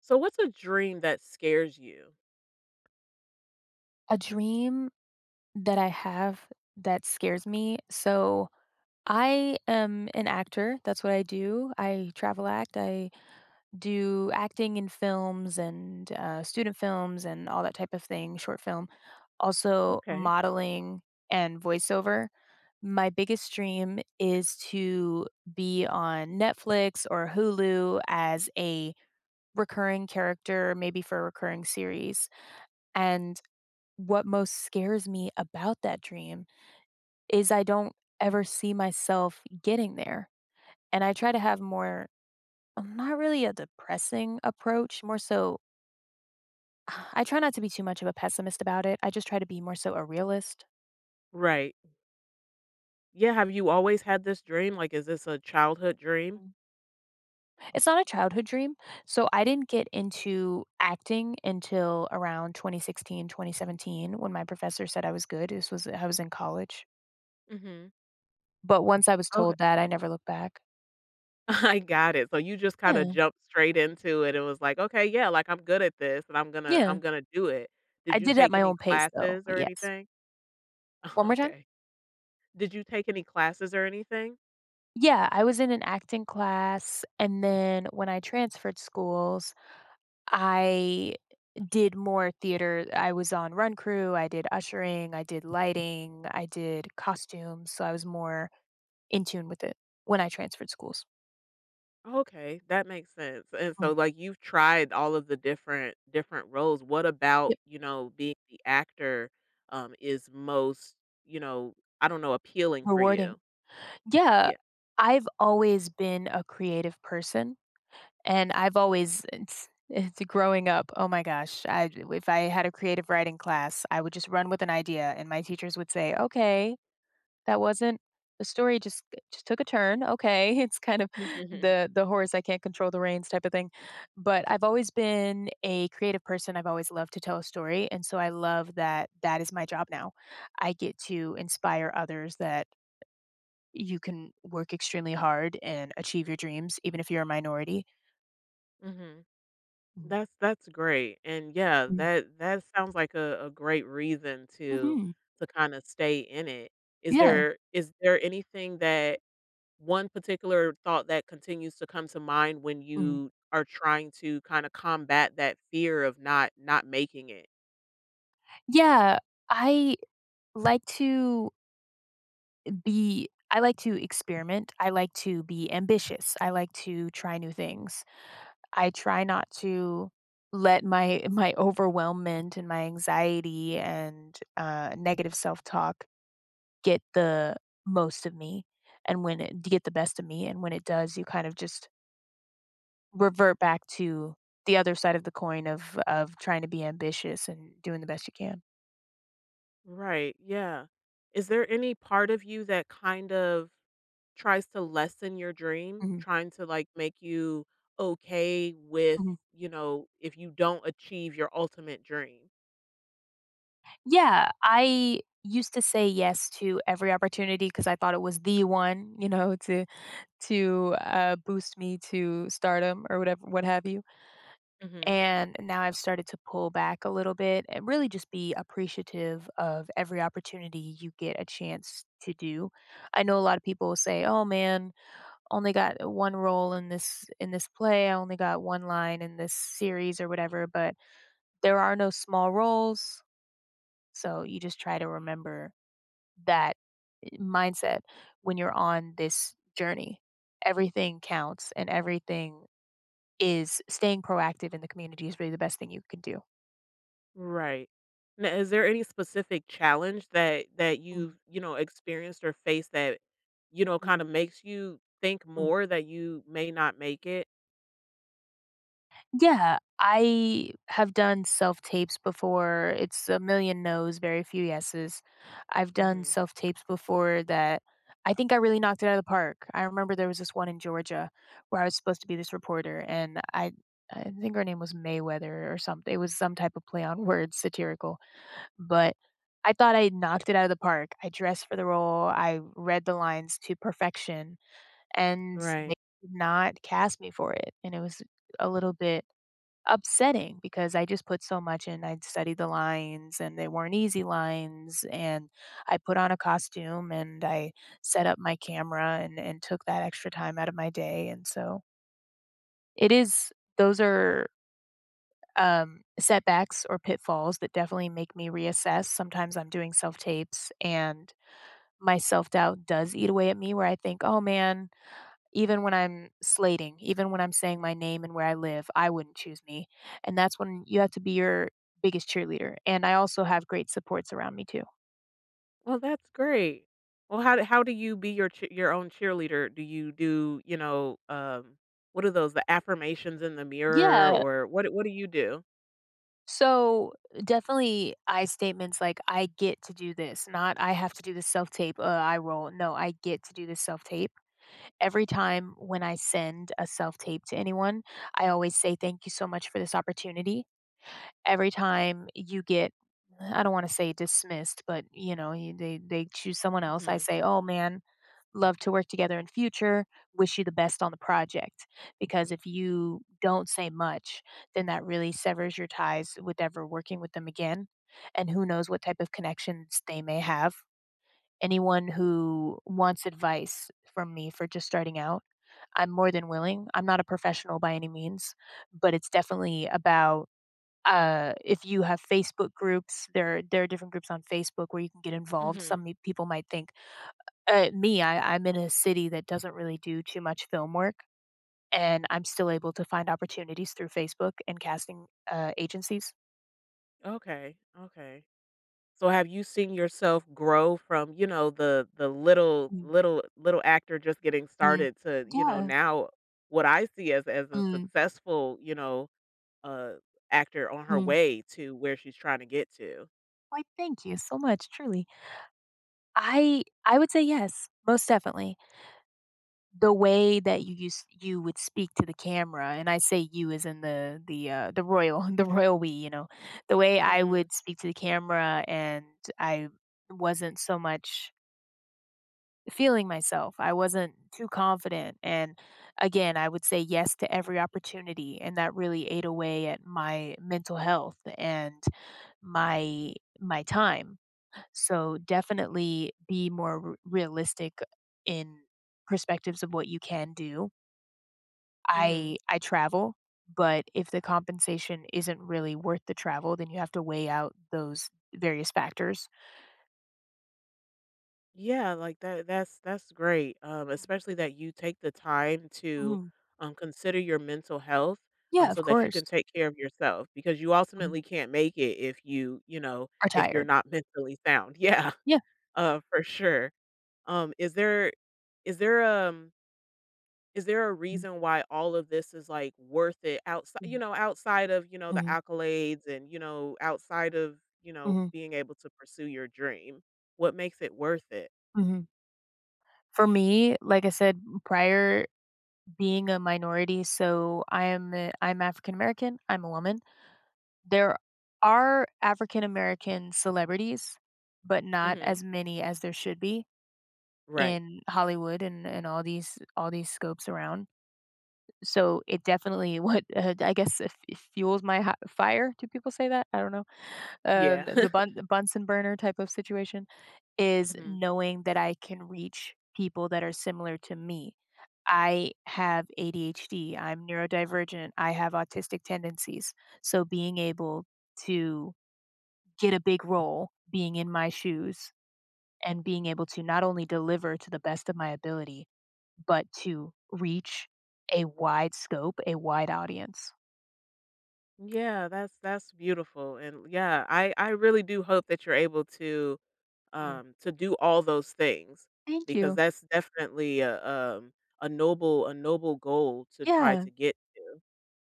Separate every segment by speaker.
Speaker 1: So what's a dream that scares you?
Speaker 2: A dream that I have that scares me. So I am an actor. That's what I do. I travel act. I do acting in films and student films and all that type of thing, short film. Also,
Speaker 1: Okay.
Speaker 2: modeling and voiceover. My biggest dream is to be on Netflix or Hulu as a recurring character, maybe for a recurring series. And what most scares me about that dream is I don't ever see myself getting there. And I try to have more, not really a depressing approach, more so, I try not to be too much of a pessimist about it. I just try to be more so a realist.
Speaker 1: Right. Yeah, have you always had this dream? Like, is this a childhood dream?
Speaker 2: Mm. It's not a childhood dream. So I didn't get into acting until around 2016, 2017, when my professor said I was good. This was, I was in college.
Speaker 1: Mhm.
Speaker 2: But once I was
Speaker 1: Okay.
Speaker 2: told that, I never looked back.
Speaker 1: I got it. So you just kinda
Speaker 2: Yeah.
Speaker 1: jumped straight into it and was like, "Okay, yeah, like, I'm good at this, and I'm gonna
Speaker 2: Yeah.
Speaker 1: I'm gonna do it."
Speaker 2: I
Speaker 1: Did you
Speaker 2: did it at
Speaker 1: take
Speaker 2: my
Speaker 1: any
Speaker 2: own pace, though.
Speaker 1: classes
Speaker 2: But
Speaker 1: or
Speaker 2: yes.
Speaker 1: anything?
Speaker 2: One more time?
Speaker 1: Okay. Did you take any classes or anything?
Speaker 2: Yeah, I was in an acting class, and then when I transferred schools, I did more theater. I was on run crew, I did ushering, I did lighting, I did costumes, so I was more in tune with it when I transferred schools.
Speaker 1: Okay, that makes sense. And
Speaker 2: Mm.
Speaker 1: so like you've tried all of the different roles. What about,
Speaker 2: Yep,
Speaker 1: you know, being the actor is most, you know, I don't know, appealing for
Speaker 2: rewarding.
Speaker 1: you?
Speaker 2: Yeah,
Speaker 1: Yeah.
Speaker 2: I've always been a creative person, and I've always it's growing up. Oh my gosh, I if I had a creative writing class, I would just run with an idea, and my teachers would say, "Okay, That wasn't the story just took a turn, okay," it's kind of the horse I can't control the reins type of thing, but I've always been a creative person, I've always loved to tell a story, and so I love that that is my job now. I get to inspire others that you can work extremely hard and achieve your dreams even if you're a minority.
Speaker 1: Hmm.
Speaker 2: Mm,
Speaker 1: That's great. And yeah,
Speaker 2: mm,
Speaker 1: that that sounds like a great reason
Speaker 2: mhm,
Speaker 1: to kind of stay in it. Is
Speaker 2: yeah,
Speaker 1: there is there anything that one particular thought that continues to come to mind when
Speaker 2: mhm.
Speaker 1: you are trying to kind of combat that fear of not making it.
Speaker 2: Yeah, I like to I like to experiment. I like to be ambitious. I like to try new things. I try not to let my my overwhelmment and my anxiety and negative self talk get the most of me, and when it get the best of me, and when it does, you kind of just revert back to the other side of the coin of trying to be ambitious and doing the best you can.
Speaker 1: Right. Yeah. Is there any part of you that kind of tries to lessen your dream,
Speaker 2: Hmm.
Speaker 1: trying to like make you okay with, you know, if you don't achieve your ultimate dream?
Speaker 2: Yeah, I used to say yes to every opportunity because I thought it was the one, to boost me to stardom or whatever, what have you.
Speaker 1: Mhm.
Speaker 2: And now I've started to pull back a little bit and really just be appreciative of every opportunity you get a chance to do. I know a lot of people will say, "Oh man, only got one role in this play. I only got one line in this series or whatever." But there are no small roles, so you just try to remember that mindset when you're on this journey. Everything counts and everything is staying proactive in the community is really the best thing you can do.
Speaker 1: Right. Now, is there any specific challenge that
Speaker 2: Mm,
Speaker 1: you've, you know, experienced or faced that, you know, kind
Speaker 2: mm,
Speaker 1: of makes you think
Speaker 2: mm.
Speaker 1: more that you may not make it?
Speaker 2: Yeah, I have done self tapes before. It's a million no's, very few yeses. I've done
Speaker 1: Mhm.
Speaker 2: self tapes before that I think I really knocked it out of the park. I remember there was this one in Georgia where I was supposed to be this reporter, and I think her name was Mayweather or something. It was some type of play on words, satirical. But I thought I knocked it out of the park. I dressed for the role, I read the lines to perfection, and they
Speaker 1: Right.
Speaker 2: did not cast me for it, and it was a little bit upsetting because I just put so much in. I'd studied the lines, and they weren't easy lines, and I put on a costume, and I set up my camera and took that extra time out of my day, and so it is those are setbacks or pitfalls that definitely make me reassess. Sometimes I'm doing self tapes and my self doubt does eat away at me where I think, oh man, even when I'm slating, even when I'm saying my name and where I live, I wouldn't choose me. And that's when you have to be your biggest cheerleader. And I also have great supports around me too.
Speaker 1: Well, that's great. Well, how do you be your your own cheerleader? Do, you know, um, what are those the affirmations in the mirror
Speaker 2: Yeah.
Speaker 1: or what do you do?
Speaker 2: So definitely I statements like I get to do this, not I have to do this self tape, I roll. No, I get to do this self tape every time when I send a self tape to anyone, I always say, "Thank you so much for this opportunity." Every time you get, I don't want to say dismissed, but they choose someone else, I
Speaker 1: Mhm.
Speaker 2: say, "Oh man, love to work together in future. Wish you the best on the project." Because if you don't say much, then that really severs your ties with ever working with them again. And who knows what type of connections they may have. Anyone who wants advice from me for just starting out, I'm more than willing. I'm not a professional by any means, but it's definitely about if you have Facebook groups, there are different groups on Facebook where you can get involved. Some
Speaker 1: Mhm.
Speaker 2: people might think, I'm in a city that doesn't really do too much film work, and I'm still able to find opportunities through Facebook and casting agencies.
Speaker 1: Okay. Okay. So have you seen yourself grow from, you know, the the little
Speaker 2: Mm,
Speaker 1: little little actor just getting
Speaker 2: mm.
Speaker 1: started to, you know,
Speaker 2: Yeah.
Speaker 1: now what I see as a
Speaker 2: Mm,
Speaker 1: successful, you know, uh, actor on her
Speaker 2: mm.
Speaker 1: way to where she's trying to get to?
Speaker 2: Why, thank you so much, truly. I would say yes, most definitely. The way that you would speak to the camera, and I say you as in the royal the royal we, the way I
Speaker 1: Mhm.
Speaker 2: would speak to the camera, and I wasn't so much feeling myself. I wasn't too confident, and again, I would say yes to every opportunity, and that really ate away at my mental health and my my time, so definitely be more realistic in perspectives of what you can do. I
Speaker 1: Mhm.
Speaker 2: I travel, but if the compensation isn't really worth the travel, then you have to weigh out those various factors.
Speaker 1: Yeah, like that that's great. Especially that you take the time to
Speaker 2: Mm-hmm.
Speaker 1: consider your mental health
Speaker 2: Yeah, of
Speaker 1: so that you
Speaker 2: course.
Speaker 1: can take care of yourself because you
Speaker 2: Mhm.
Speaker 1: ultimately can't make it if you, you know,
Speaker 2: Are
Speaker 1: if you're
Speaker 2: tired.
Speaker 1: not mentally sound. Yeah,
Speaker 2: Yeah.
Speaker 1: uh, for sure. Um is there is there um is there a
Speaker 2: Mm-hmm.
Speaker 1: reason why all of this is like worth it outside you know, outside of, you know, the
Speaker 2: Hmm.
Speaker 1: accolades and, you know, outside of, you know,
Speaker 2: Hmm.
Speaker 1: being able to pursue your dream? What makes it worth it?
Speaker 2: Hmm. For me, like I said prior, being a minority, so I'm African American. I'm a woman. There are African American celebrities, but not
Speaker 1: Mhm.
Speaker 2: as many as there should be
Speaker 1: Right.
Speaker 2: in Hollywood and all these scopes around. So it definitely what I guess it fuels my fire. Do people say that? I don't know.
Speaker 1: Yeah.
Speaker 2: The Bunsen burner type of situation is
Speaker 1: Hmm.
Speaker 2: knowing that I can reach people that are similar to me. I have ADHD, I'm neurodivergent, I have autistic tendencies. So being able to get a big role being in my shoes and being able to not only deliver to the best of my ability, but to reach a wide scope, a wide audience.
Speaker 1: Yeah, that's beautiful. And yeah, I really do hope that you're able
Speaker 2: Mhm.
Speaker 1: to do all those things
Speaker 2: Thank
Speaker 1: because
Speaker 2: you.
Speaker 1: that's definitely a noble goal to try
Speaker 2: Yeah.
Speaker 1: to get.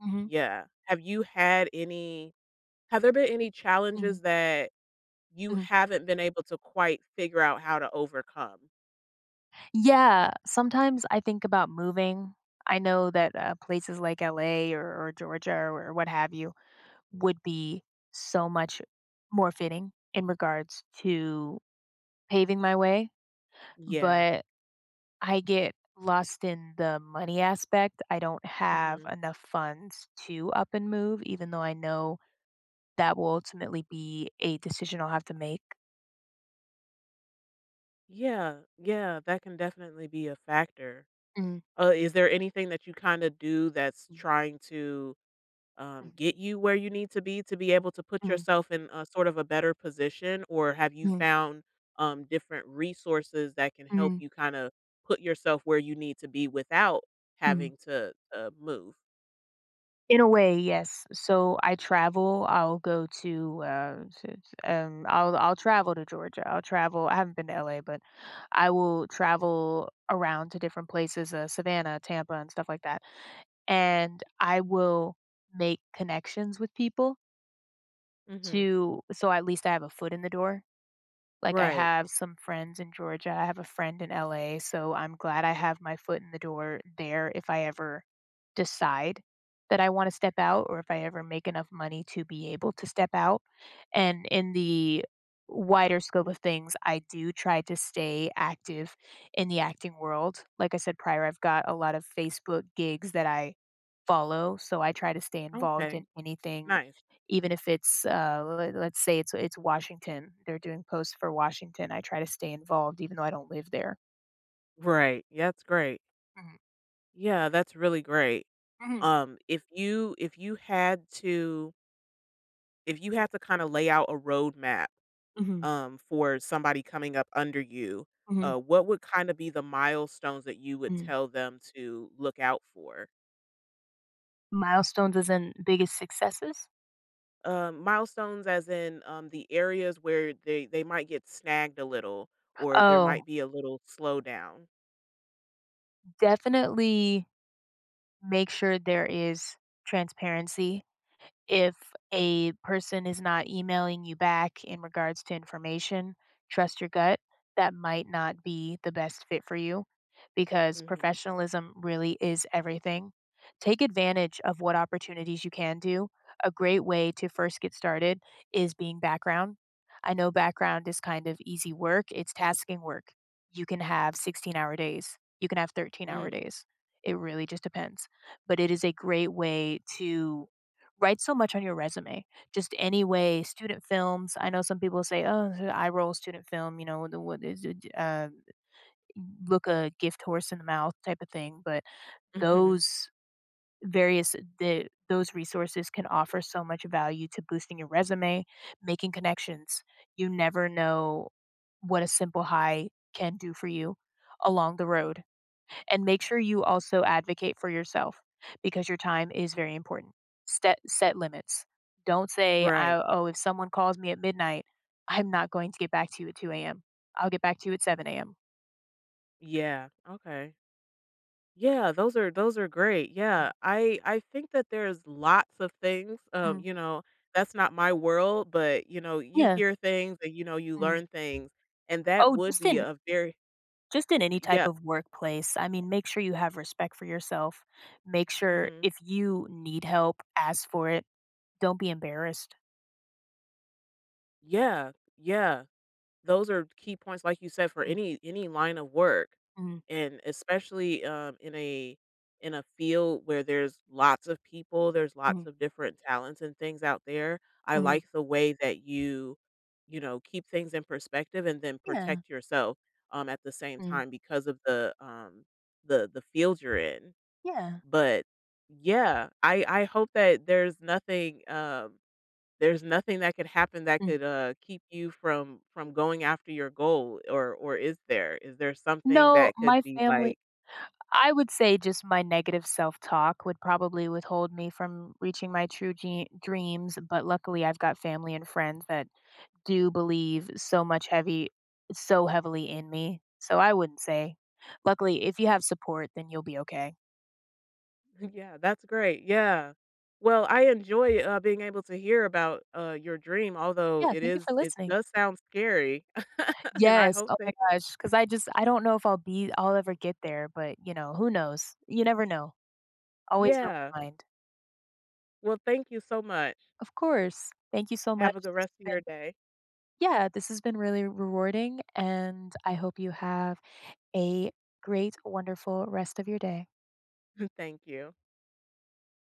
Speaker 2: Hmm.
Speaker 1: Yeah. Have you had any have there been any
Speaker 2: Hmm.
Speaker 1: challenges that you
Speaker 2: Hmm.
Speaker 1: haven't been able to quite figure out how to overcome?
Speaker 2: Yeah. Sometimes I think about moving. I know that places like LA or Georgia or what have you would be so much more fitting in regards to paving my way.
Speaker 1: Yeah.
Speaker 2: But I get lost in the money aspect. I don't have
Speaker 1: Hmm.
Speaker 2: enough funds to up and move, even though I know that will ultimately be a decision I'll have to make.
Speaker 1: Yeah, yeah, that can definitely be a factor.
Speaker 2: Mm,
Speaker 1: Is there anything that you kinda do that's
Speaker 2: mm,
Speaker 1: trying to,
Speaker 2: mm,
Speaker 1: get you where you need to be able to put
Speaker 2: mm,
Speaker 1: yourself in a sort of a better position, or have you
Speaker 2: mm,
Speaker 1: found, different resources that can help
Speaker 2: mm,
Speaker 1: you kinda put yourself where you need to be without
Speaker 2: mm.
Speaker 1: having to, move?
Speaker 2: In a way, yes. So I travel. To to, I'll travel to Georgia. I'll travel. I haven't been to LA, but I will travel around to different places, Savannah, Tampa, and stuff like that. And I will make connections with
Speaker 1: Mhm.
Speaker 2: so at least I have a foot in the door. Like, I
Speaker 1: Right.
Speaker 2: have some friends in Georgia, I have a friend in LA, so I'm glad I have my foot in the door there if I ever decide that I wanna step out or if I ever make enough money to be able to step out, and in the wider scope of things, I do try to stay active in the acting world. Like I said prior, I've got a lot of Facebook gigs that I follow, so I try to stay involved in
Speaker 1: Okay.
Speaker 2: anything
Speaker 1: Nice.
Speaker 2: even if it's, le let's say it's Washington, they're doing posts for Washington, I try to stay involved even though I don't live there.
Speaker 1: Right. Yeah, that's great.
Speaker 2: Mhm,
Speaker 1: Yeah, that's really great.
Speaker 2: mhm,
Speaker 1: If you had to if you
Speaker 2: mm,
Speaker 1: had to kinda lay out a roadmap
Speaker 2: mhm,
Speaker 1: for somebody coming up under you,
Speaker 2: mhm,
Speaker 1: what would kind of be the milestones that you would
Speaker 2: mm.
Speaker 1: tell them to look out for?
Speaker 2: Milestones as in biggest successes?
Speaker 1: Milestones, as in the areas where they might get snagged a little or there
Speaker 2: Oh,
Speaker 1: might be a little slowdown.
Speaker 2: definitely make sure there is transparency. If a person is not emailing you back in regards to information, trust your gut. That might not be the best fit for you because
Speaker 1: Mm-hmm.
Speaker 2: professionalism really is everything. Take advantage of what opportunities you can do. A great way to first get started is being background. I know background is kind of easy work, it's tasking work. You can have 16-hour days, you can have 13-hour days. It really just depends. But it is a great way to write so much on your resume. Just any way student films, I know some people say, "Oh, s I roll student film," the what is it, look a gift horse in the mouth type of thing, but
Speaker 1: Mm-hmm.
Speaker 2: those various the those resources can offer so much value to boosting your resume, making connections. You never know what a simple high can do for you along the road, and make sure you also advocate for yourself because your time is very important. Set limits. Don't say,
Speaker 1: Right.
Speaker 2: I, "Oh, if someone calls me at midnight, I'm not going to get back to you at 2 a.m. I'll get back to you at 7 a.m."
Speaker 1: Yeah. Okay. Yeah, those are great. Yeah. I think that there's lots of things,
Speaker 2: Mm, mm,
Speaker 1: you know, that's not my world, but, you know, you
Speaker 2: yeah.
Speaker 1: hear things and, you know, you
Speaker 2: Mm.
Speaker 1: learn things, and that
Speaker 2: Oh,
Speaker 1: would
Speaker 2: just
Speaker 1: be
Speaker 2: in
Speaker 1: a very
Speaker 2: just in any type
Speaker 1: yeah.
Speaker 2: of workplace. I mean, make sure you have respect for yourself. Make sure
Speaker 1: Mhm.
Speaker 2: if you need help, ask for it. Don't be embarrassed.
Speaker 1: Yeah. Yeah. Those are key points, like you said, for any line of work,
Speaker 2: Mm,
Speaker 1: and especially, in a field where there's lots of people, there's
Speaker 2: mm, mm,
Speaker 1: lots of different talents and things out there. I
Speaker 2: mm.
Speaker 1: like the way that you know, keep things in perspective and then
Speaker 2: Yeah.
Speaker 1: protect yourself, at the same
Speaker 2: Mm,
Speaker 1: time because of the field you're in.
Speaker 2: yeah.
Speaker 1: But yeah, I hope that there's nothing that could happen that
Speaker 2: Mm.
Speaker 1: could, keep you from going after your goal, or is there? Is there something
Speaker 2: No,
Speaker 1: that
Speaker 2: my
Speaker 1: could be
Speaker 2: family
Speaker 1: like
Speaker 2: I would say just my negative self-talk would probably withhold me from reaching my true dreams, but luckily I've got family and friends that do believe so much heavy so heavily in me. So I wouldn't say. Luckily, if you have support, then you'll be okay.
Speaker 1: Yeah, that's great, yeah. Well, I enjoy, being able to hear about, your dream, although
Speaker 2: Yeah,
Speaker 1: it
Speaker 2: thank you
Speaker 1: is
Speaker 2: for
Speaker 1: it
Speaker 2: listening.
Speaker 1: does sound scary, and I
Speaker 2: Yes.
Speaker 1: hope
Speaker 2: Oh my
Speaker 1: that
Speaker 2: gosh, cuz I don't know if I'll ever get there, but you know, who knows? You never know. Always an open
Speaker 1: Yeah.
Speaker 2: mind.
Speaker 1: Well, thank you so much.
Speaker 2: Of course. Thank you so
Speaker 1: Have
Speaker 2: much.
Speaker 1: a good
Speaker 2: This
Speaker 1: rest of
Speaker 2: has
Speaker 1: your
Speaker 2: been
Speaker 1: day.
Speaker 2: Yeah, this has been really rewarding, and I hope you have a great, wonderful rest of your day.
Speaker 1: Thank you.